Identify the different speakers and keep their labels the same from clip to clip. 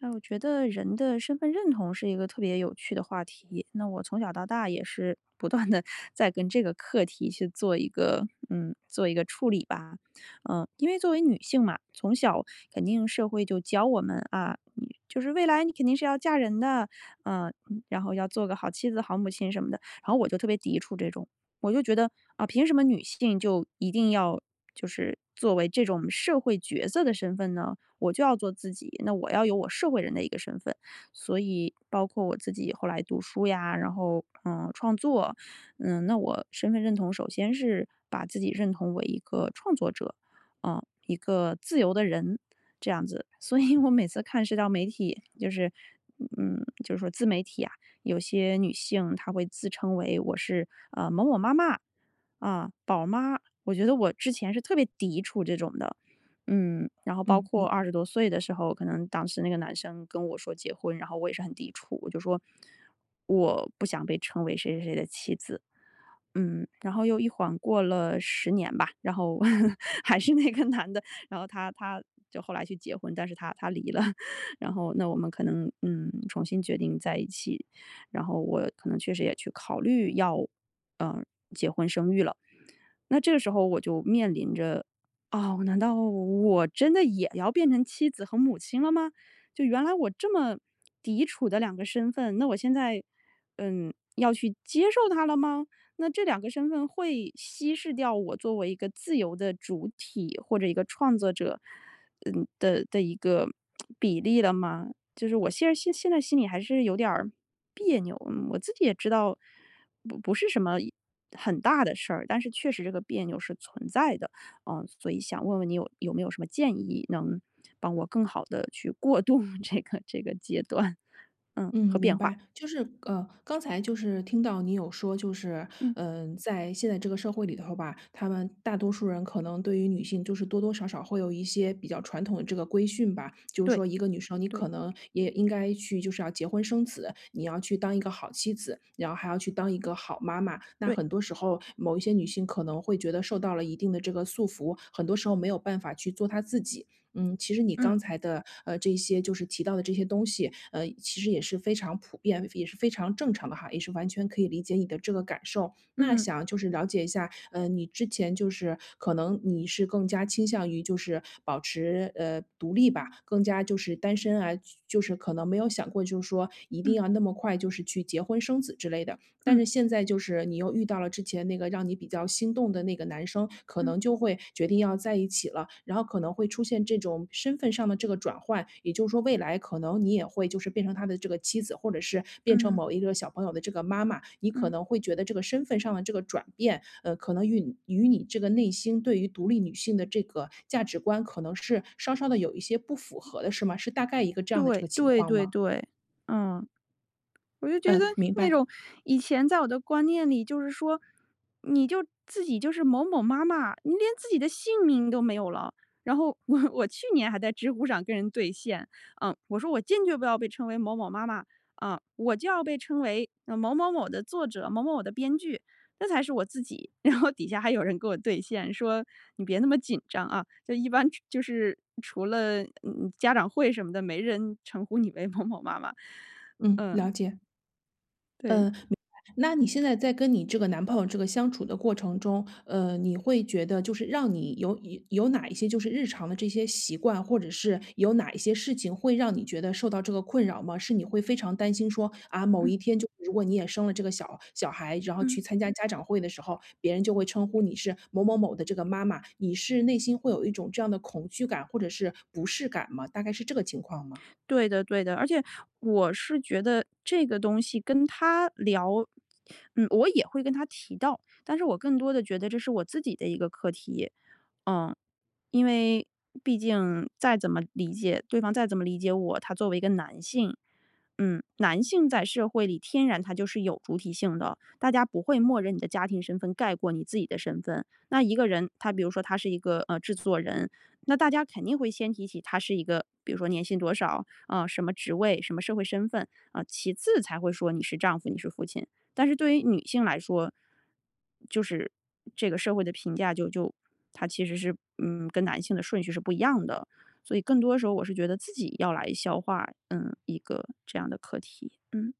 Speaker 1: 哎，我觉得人的身份认同是一个特别有趣的话题。那我从小到大也是不断的 在跟这个课题去做一个处理吧。因为作为女性嘛，从小肯定社会就教我们啊，你就是未来你肯定是要嫁人的，然后要做个好妻子、好母亲什么的。然后我就特别抵触这种，我就觉得啊，凭什么女性就一定要就是作为这种社会角色的身份呢？我就要做自己，那我要有我社会人的一个身份。所以包括我自己后来读书呀，然后创作，那我身份认同首先是把自己认同为一个创作者，一个自由的人，这样子。所以我每次看社交媒体，就是说自媒体啊，有些女性她会自称为我是某某妈妈啊、宝妈，我觉得我之前是特别抵触这种的。然后包
Speaker 2: 嗯，
Speaker 1: 括
Speaker 2: 明
Speaker 1: 20多岁的时候，可能当时那个男生跟我说结婚，然后我也是很抵触，我就说我不想被称为谁谁谁的妻子。然后又一晃过了10年吧。然后 还是那个男的，然后他就后来去结婚，但是他离了。然后那我们可能重新决定在一起，然后我可能确实也去考虑要嗯、呃结婚生育了。那这个时候我就面临着，哦，难道我真的也要变成妻子和母亲了吗？就原来我这么抵触的两个身份，那我现在，要去接受它了吗？那这两个身份会稀释掉我作为一个自由的主体或者一个创作者的一个比例了吗？就是我现在心里还是有点儿别扭。嗯我自己也知道不是什么很大的事儿，但是确实这个别扭是存在的。所以想问问你有没有什么建议，能帮我更好的去过渡 这个阶段，
Speaker 2: 嗯，
Speaker 1: 和变
Speaker 2: 明
Speaker 1: 化。
Speaker 2: 白，就是刚才就是听到你有说，就是
Speaker 1: 嗯，
Speaker 2: 嗯、呃在现在这个社会里头吧，他们大多数人可能对于女性就是多多少少会有一些比较传统的这个规训吧，就是
Speaker 1: 对
Speaker 2: 说一个女生你
Speaker 1: 对
Speaker 2: 可能也应该去就是要结婚生子，你要去当一个好妻子，然后还要去当一个好妈妈。那
Speaker 1: 对，
Speaker 2: 很多时候，某一些女性可能会觉得受到了一定的这个束缚，很多时候没有办法去做她自己。嗯，其实你
Speaker 1: 嗯
Speaker 2: 刚才的这些就是提到的这些东西，其实也是非常普遍，也是非常正常的哈，也是完全可以理解你的这个感受。那
Speaker 1: 嗯
Speaker 2: 想就是了解一下，你之前就是可能你是更加倾向于就是保持独立吧，更加就是单身啊，就是可能没有想过就是说一定
Speaker 1: 嗯
Speaker 2: 要那么快就是去结婚生子之类的。但
Speaker 1: 嗯
Speaker 2: 是现在就是你又遇到了之前那个让你比较心动的那个男生，可
Speaker 1: 嗯
Speaker 2: 能就会决定要在一起了，然后可能会出现这种身份上的这个转换，也就是说未来可能你也会就是变成他的这个妻子，或者是变成
Speaker 1: 嗯
Speaker 2: 某一个小朋友的这个妈妈，你可
Speaker 1: 嗯，
Speaker 2: 能会觉得这个身份上的这个转变，可能与你这个内心对于独立女性的这个价值观，可能是稍稍的有一些不符合的，是吗？是大概一个这样的这
Speaker 1: 对
Speaker 2: 个情
Speaker 1: 对
Speaker 2: 况
Speaker 1: 对
Speaker 2: 吗？
Speaker 1: 对，嗯。我就觉
Speaker 2: 嗯，
Speaker 1: 得
Speaker 2: 明
Speaker 1: 那
Speaker 2: 白。
Speaker 1: 种，以前在我的观念里，就是说，你就自己就是某某妈妈，你连自己的姓名都没有了。然后我去年还在知乎上跟人对线。我说我坚决不要被称为某某妈妈啊，我就要被称为某某某的作者、某某某的编剧，那才是我自己。然后底下还有人跟我对线，说你别那么紧张啊，就一般就是除了家长会什么的，没人称呼你为某某妈妈。
Speaker 2: 嗯，
Speaker 1: 嗯。
Speaker 2: 了解。嗯，
Speaker 1: 对，
Speaker 2: 明白，那你现在在跟你这个男朋友这个相处的过程中，你会觉得就是让你有哪一些就是日常的这些习惯，或者是有哪一些事情会让你觉得受到这个困扰吗？是你会非常担心说啊，某
Speaker 1: 嗯
Speaker 2: 一天就如果你也生了这个小小孩，然后
Speaker 1: 嗯，
Speaker 2: 去参加家长会的时候，别人就会称呼你是某某某的这个妈妈，你是内心会有一种这样的恐惧感或者是不适感吗？大概是这个情况吗？
Speaker 1: 对的对的，而且我是觉得这个东西跟他聊，我也会跟他提到，但是我更多的觉得这是我自己的一个课题。嗯，因为毕竟再怎么理解对方，再怎么理解我，他作为一个男性。男性在社会里天然他就是有主体性的，大家不会默认你的家庭身份盖过你自己的身份。那一个人，他比如说他是一个制作人，那大家肯定会先提起他是一个，比如说年薪多少啊、什么职位、什么社会身份啊，其次才会说你是丈夫、你是父亲。但是对于女性来说，就是这个社会的评价就，它其实是跟男性的顺序是不一样的。所以更多时候我是觉得自己要来消化一个这样的课题。嗯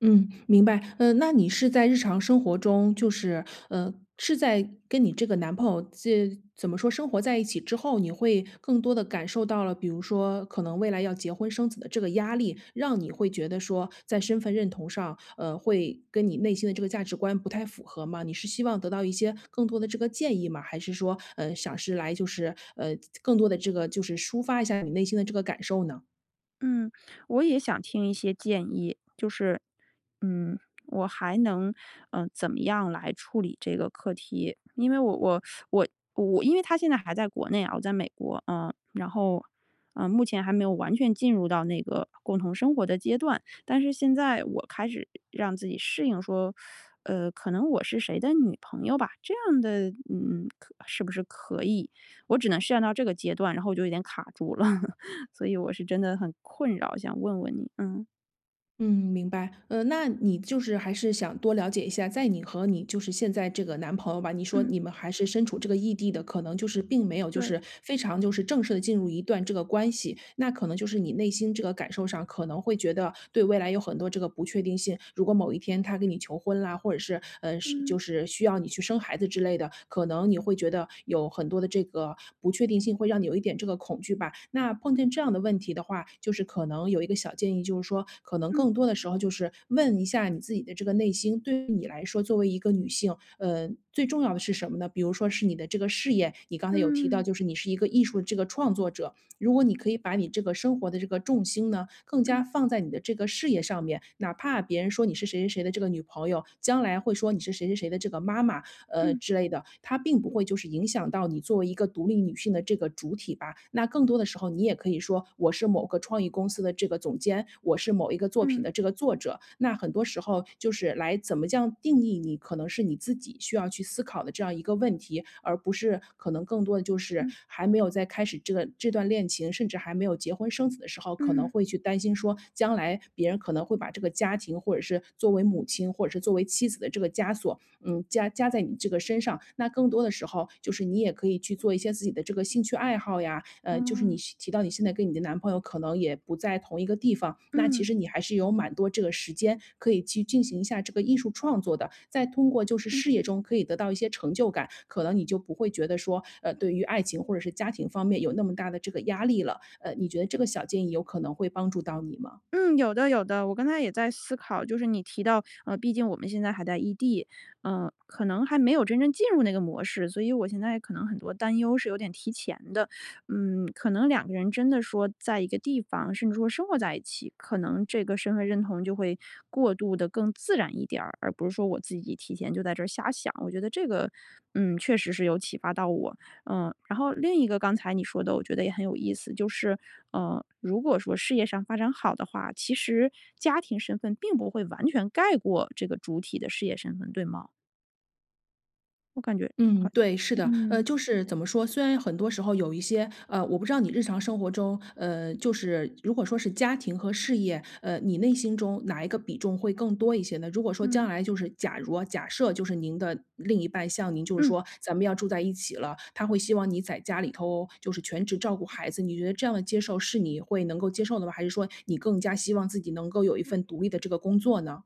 Speaker 2: 嗯，明白。那你是在日常生活中，是在跟你这个男朋友这怎么说，生活在一起之后，你会更多的感受到了，比如说可能未来要结婚生子的这个压力，让你会觉得说在身份认同上，会跟你内心的这个价值观不太符合吗？你是希望得到一些更多的这个建议吗？还是说，想是来更多的这个就是抒发一下你内心的这个感受呢？
Speaker 1: 嗯，我也想听一些建议，就是嗯，我还能，怎么样来处理这个课题？因为我我我我，因为他现在还在国内啊，我在美国。嗯、然后，目前还没有完全进入到那个共同生活的阶段，但是现在我开始让自己适应说，可能我是谁的女朋友吧，这样的，可是不是可以？我只能适应到这个阶段，然后我就有点卡住了。所以我是真的很困扰，想问问你。嗯
Speaker 2: 嗯，明白。那你就是还是想多了解一下，在你和你就是现在这个男朋友吧，你说
Speaker 1: 嗯，
Speaker 2: 你们还是身处这个异地的，可能就是并没有就
Speaker 1: 对，
Speaker 2: 是非常就是正式的进入一段这个关系，那可能就是你内心这个感受上可能会觉得对未来有很多这个不确定性。如果某一天他跟你求婚啦，或者是就
Speaker 1: 嗯。
Speaker 2: 是需要你去生生孩子之类的，可能你会觉得有很多的这个不确定性，会让你有一点这个恐惧吧。那碰见这样的问题的话，就是可能有一个小建议，就是说，可能
Speaker 1: 嗯
Speaker 2: 更多的时候就是问一下你自己的这个内心，对于你来说，作为一个女性，最重要的是什么呢？比如说是你的这个事业，你刚才有提到，
Speaker 1: 嗯，
Speaker 2: 就是你是一个艺术的这个创作者，如果你可以把你这个生活的这个重心呢，更加
Speaker 1: 嗯
Speaker 2: 放在你的这个事业上面，哪怕别人说你是谁谁谁的这个女朋友，将来会说你是谁谁谁的这个妈妈，
Speaker 1: 嗯
Speaker 2: 之类的，它并不会就是影响到你作为一个独立女性的这个主体吧。那更多的时候，你也可以说我是某个创意公司的这个总监，我是某一个作品。作品
Speaker 1: 嗯
Speaker 2: 的这个作者。那很多时候就是来怎么这样定义你，可能是你自己需要去思考的这样一个问题，而不是可能更多的就是
Speaker 1: 嗯
Speaker 2: 还没有在开始这个这段恋情，甚至还没有结婚生子的时候，可能
Speaker 1: 嗯，
Speaker 2: 会去担心说，将来别人可能会把这个家庭，或者是作为母亲，或者是作为妻子的这个枷锁。嗯，加在你这个身上。那更多的时候，就是你也可以去做一些自己的这个兴趣爱好呀，
Speaker 1: 哦，
Speaker 2: 就是你提到你现在跟你的男朋友可能也不在同一个地方，那其
Speaker 1: 嗯
Speaker 2: 实你还是有蛮多这个时间可以去进行一下这个艺术创作的。再通过就是
Speaker 1: 嗯
Speaker 2: 事业中可以得到一些成就感，可能你就不会觉得说，对于爱情或者是家庭方面有那么大的这个压力了。你觉得这个小建议有可能会帮助到你吗？
Speaker 1: 嗯，有的有的。我刚才也在思考，就是你提到，毕竟我们现在还在异地，可能还没有真正进入那个模式，所以我现在可能很多担忧是有点提前的。可能两个人真的说在一个地方，甚至说生活在一起，可能这个身份认同就会过度的更自然一点儿，而不是说我自己提前就在这儿瞎想。我觉得这个，确实是有启发到我。然后另一个刚才你说的，我觉得也很有意思。就是，如果说事业上发展好的话，其实家庭身份并不会完全盖过这个主体的事业身份，对吗？我感觉
Speaker 2: 嗯，
Speaker 1: 好。
Speaker 2: 对，是的，
Speaker 1: 嗯嗯
Speaker 2: 就是怎么说，虽然很多时候有一些，我不知道你日常生活中，就是如果说是家庭和事业，你内心中哪一个比重会更多一些呢？如果说将
Speaker 1: 嗯。
Speaker 2: 来就是假如啊假设就是您的另一半像您就是说咱们要住在一起了，他会希望你在家里头就是全职照顾孩子，你觉得这样的接受是你会能够接受的吗？还是说你更加希望自己能够有一份独立的这个工作呢？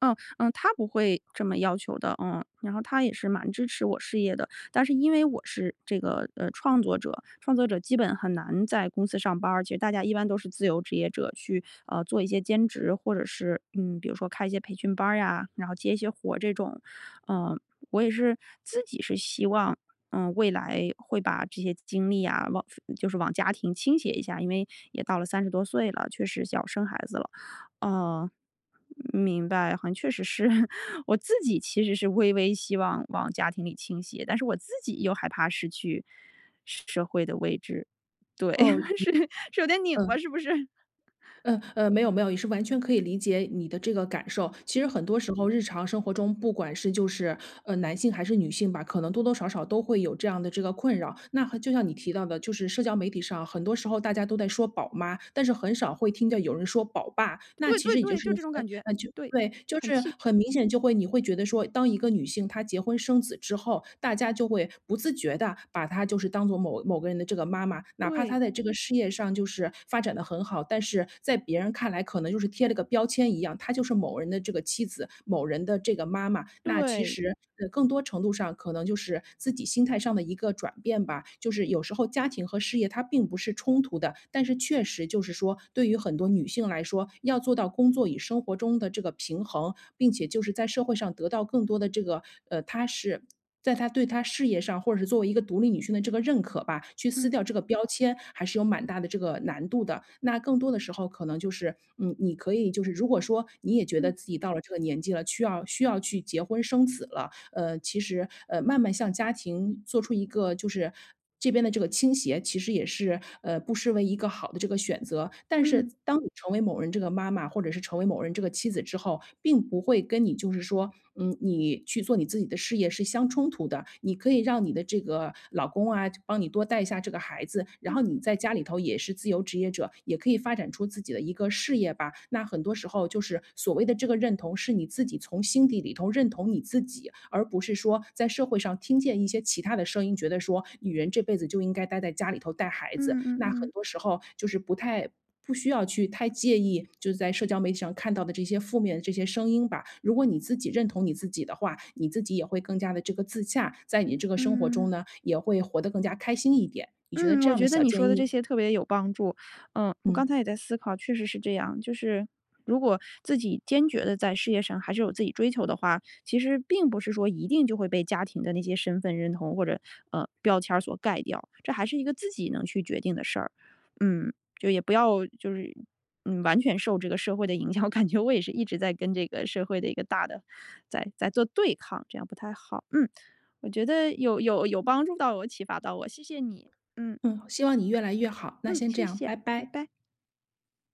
Speaker 1: 嗯嗯，他不会这么要求的。嗯，然后他也是蛮支持我事业的，但是因为我是这个创作者。创作者基本很难在公司上班儿，其实大家一般都是自由职业者去做一些兼职，或者是比如说开一些培训班儿呀，然后接一些活儿这种。嗯、我也是自己是希望。未来会把这些精力啊，往就是往家庭倾斜一下，因为也到了30多岁了，确实要生孩子了。哦，明白，好像确实是 我自己其实是微微希望往家庭里倾斜，但是我自己又害怕失去社会的位置。对。
Speaker 2: 哦。
Speaker 1: 是是有点拧巴，
Speaker 2: 嗯。
Speaker 1: 是不是？
Speaker 2: 没有，也是完全可以理解你的这个感受。其实
Speaker 1: 嗯，
Speaker 2: 很多时候，日常生活中，不管是男性还是女性吧，可能多多少少都会有这样的这个困扰。那和就像你提到的，就是社交媒体上，很多时候大家都在说宝妈，但是很少会听到有人说宝爸。那
Speaker 1: 对
Speaker 2: 其
Speaker 1: 对
Speaker 2: 实也就
Speaker 1: 对，
Speaker 2: 是，
Speaker 1: 就这种感觉。
Speaker 2: 就
Speaker 1: 对，
Speaker 2: 对，就
Speaker 1: 很
Speaker 2: 是
Speaker 1: 气。
Speaker 2: 很明显就会你会觉得说，当一个女性她结婚生子之后，大家就会不自觉的把她就是当做某某个人的这个妈妈，哪怕
Speaker 1: 对
Speaker 2: 她在这个事业上就是发展的很好，但是在别人看来可能就是贴了个标签一样，她就是某人的这个妻子，某人的这个妈妈。妈妈，那其
Speaker 1: 对，
Speaker 2: 实，更多程度上可能就是自己心态上的一个转变吧。就是有时候家庭和事业它并不是冲突的，但是确实就是说，对于很多女性来说，要做到工作与生活中的这个平衡，并且就是在社会上得到更多的这个，踏实在她对她事业上，或者是作为一个独立女性的这个认可吧，去撕
Speaker 1: 嗯
Speaker 2: 掉这个标签，还是有蛮大的这个难度的。那更多的时候可能就是，嗯，你可以就是如果说你也觉得
Speaker 1: 嗯
Speaker 2: 自己到了这个年纪了，需要去结婚生子了，其实，慢慢向家庭做出一个就是这边的这个倾斜其实也是，不失为一个好的这个选择。但是
Speaker 1: 嗯
Speaker 2: 当你成为某人这个妈妈，或者是成为某人这个妻子之后，并不会跟你就是说，嗯，你去做你自己的事业是相冲突的。你可以让你的这个老公啊，帮你多带一下这个孩子，然
Speaker 1: 嗯
Speaker 2: 后你在家里头也是自由职业者，也可以发展出自己的一个事业吧。那很多时候就是所谓的这个认同是你。你自己从心底里头认同你自己，而不是说在社会上听见一些其他的声音，觉得说女人这辈子就应该待在家里头带孩子。
Speaker 1: 嗯嗯嗯
Speaker 2: 那很
Speaker 1: 嗯。
Speaker 2: 多时候就是不需要去太介意，就是在社交媒体上看到的这些负面的这些声音吧。如果你自己认同你自己的话，你自己也会更加的这个自洽，在你这个生活中
Speaker 1: 嗯
Speaker 2: 呢，也会活得更加开心一点。你觉得
Speaker 1: 嗯，
Speaker 2: 这
Speaker 1: 我
Speaker 2: 样的
Speaker 1: 觉得
Speaker 2: 小
Speaker 1: 你说
Speaker 2: 建
Speaker 1: 的这
Speaker 2: 议
Speaker 1: 些特别有帮助。我刚才
Speaker 2: 嗯，
Speaker 1: 也在思考，确实是这样。就是如果自己坚决的在事业上还是有自己追求的话，其实并不是说一定就会被家庭的那些身份认同或者标签儿所盖掉，这还是一个自己能去决定的事儿。嗯，就也不要就是完全受这个社会的影响。我感觉我也是一直在跟这个社会的一个大的在做对抗，这样不太好。嗯，我觉得有帮助到我，启发到我，谢谢你。嗯
Speaker 2: 嗯，希望你越来越好，那
Speaker 1: 嗯，
Speaker 2: 先这
Speaker 1: 谢
Speaker 2: 样，
Speaker 1: 谢，
Speaker 2: 拜
Speaker 1: 拜
Speaker 2: 拜。
Speaker 1: 拜。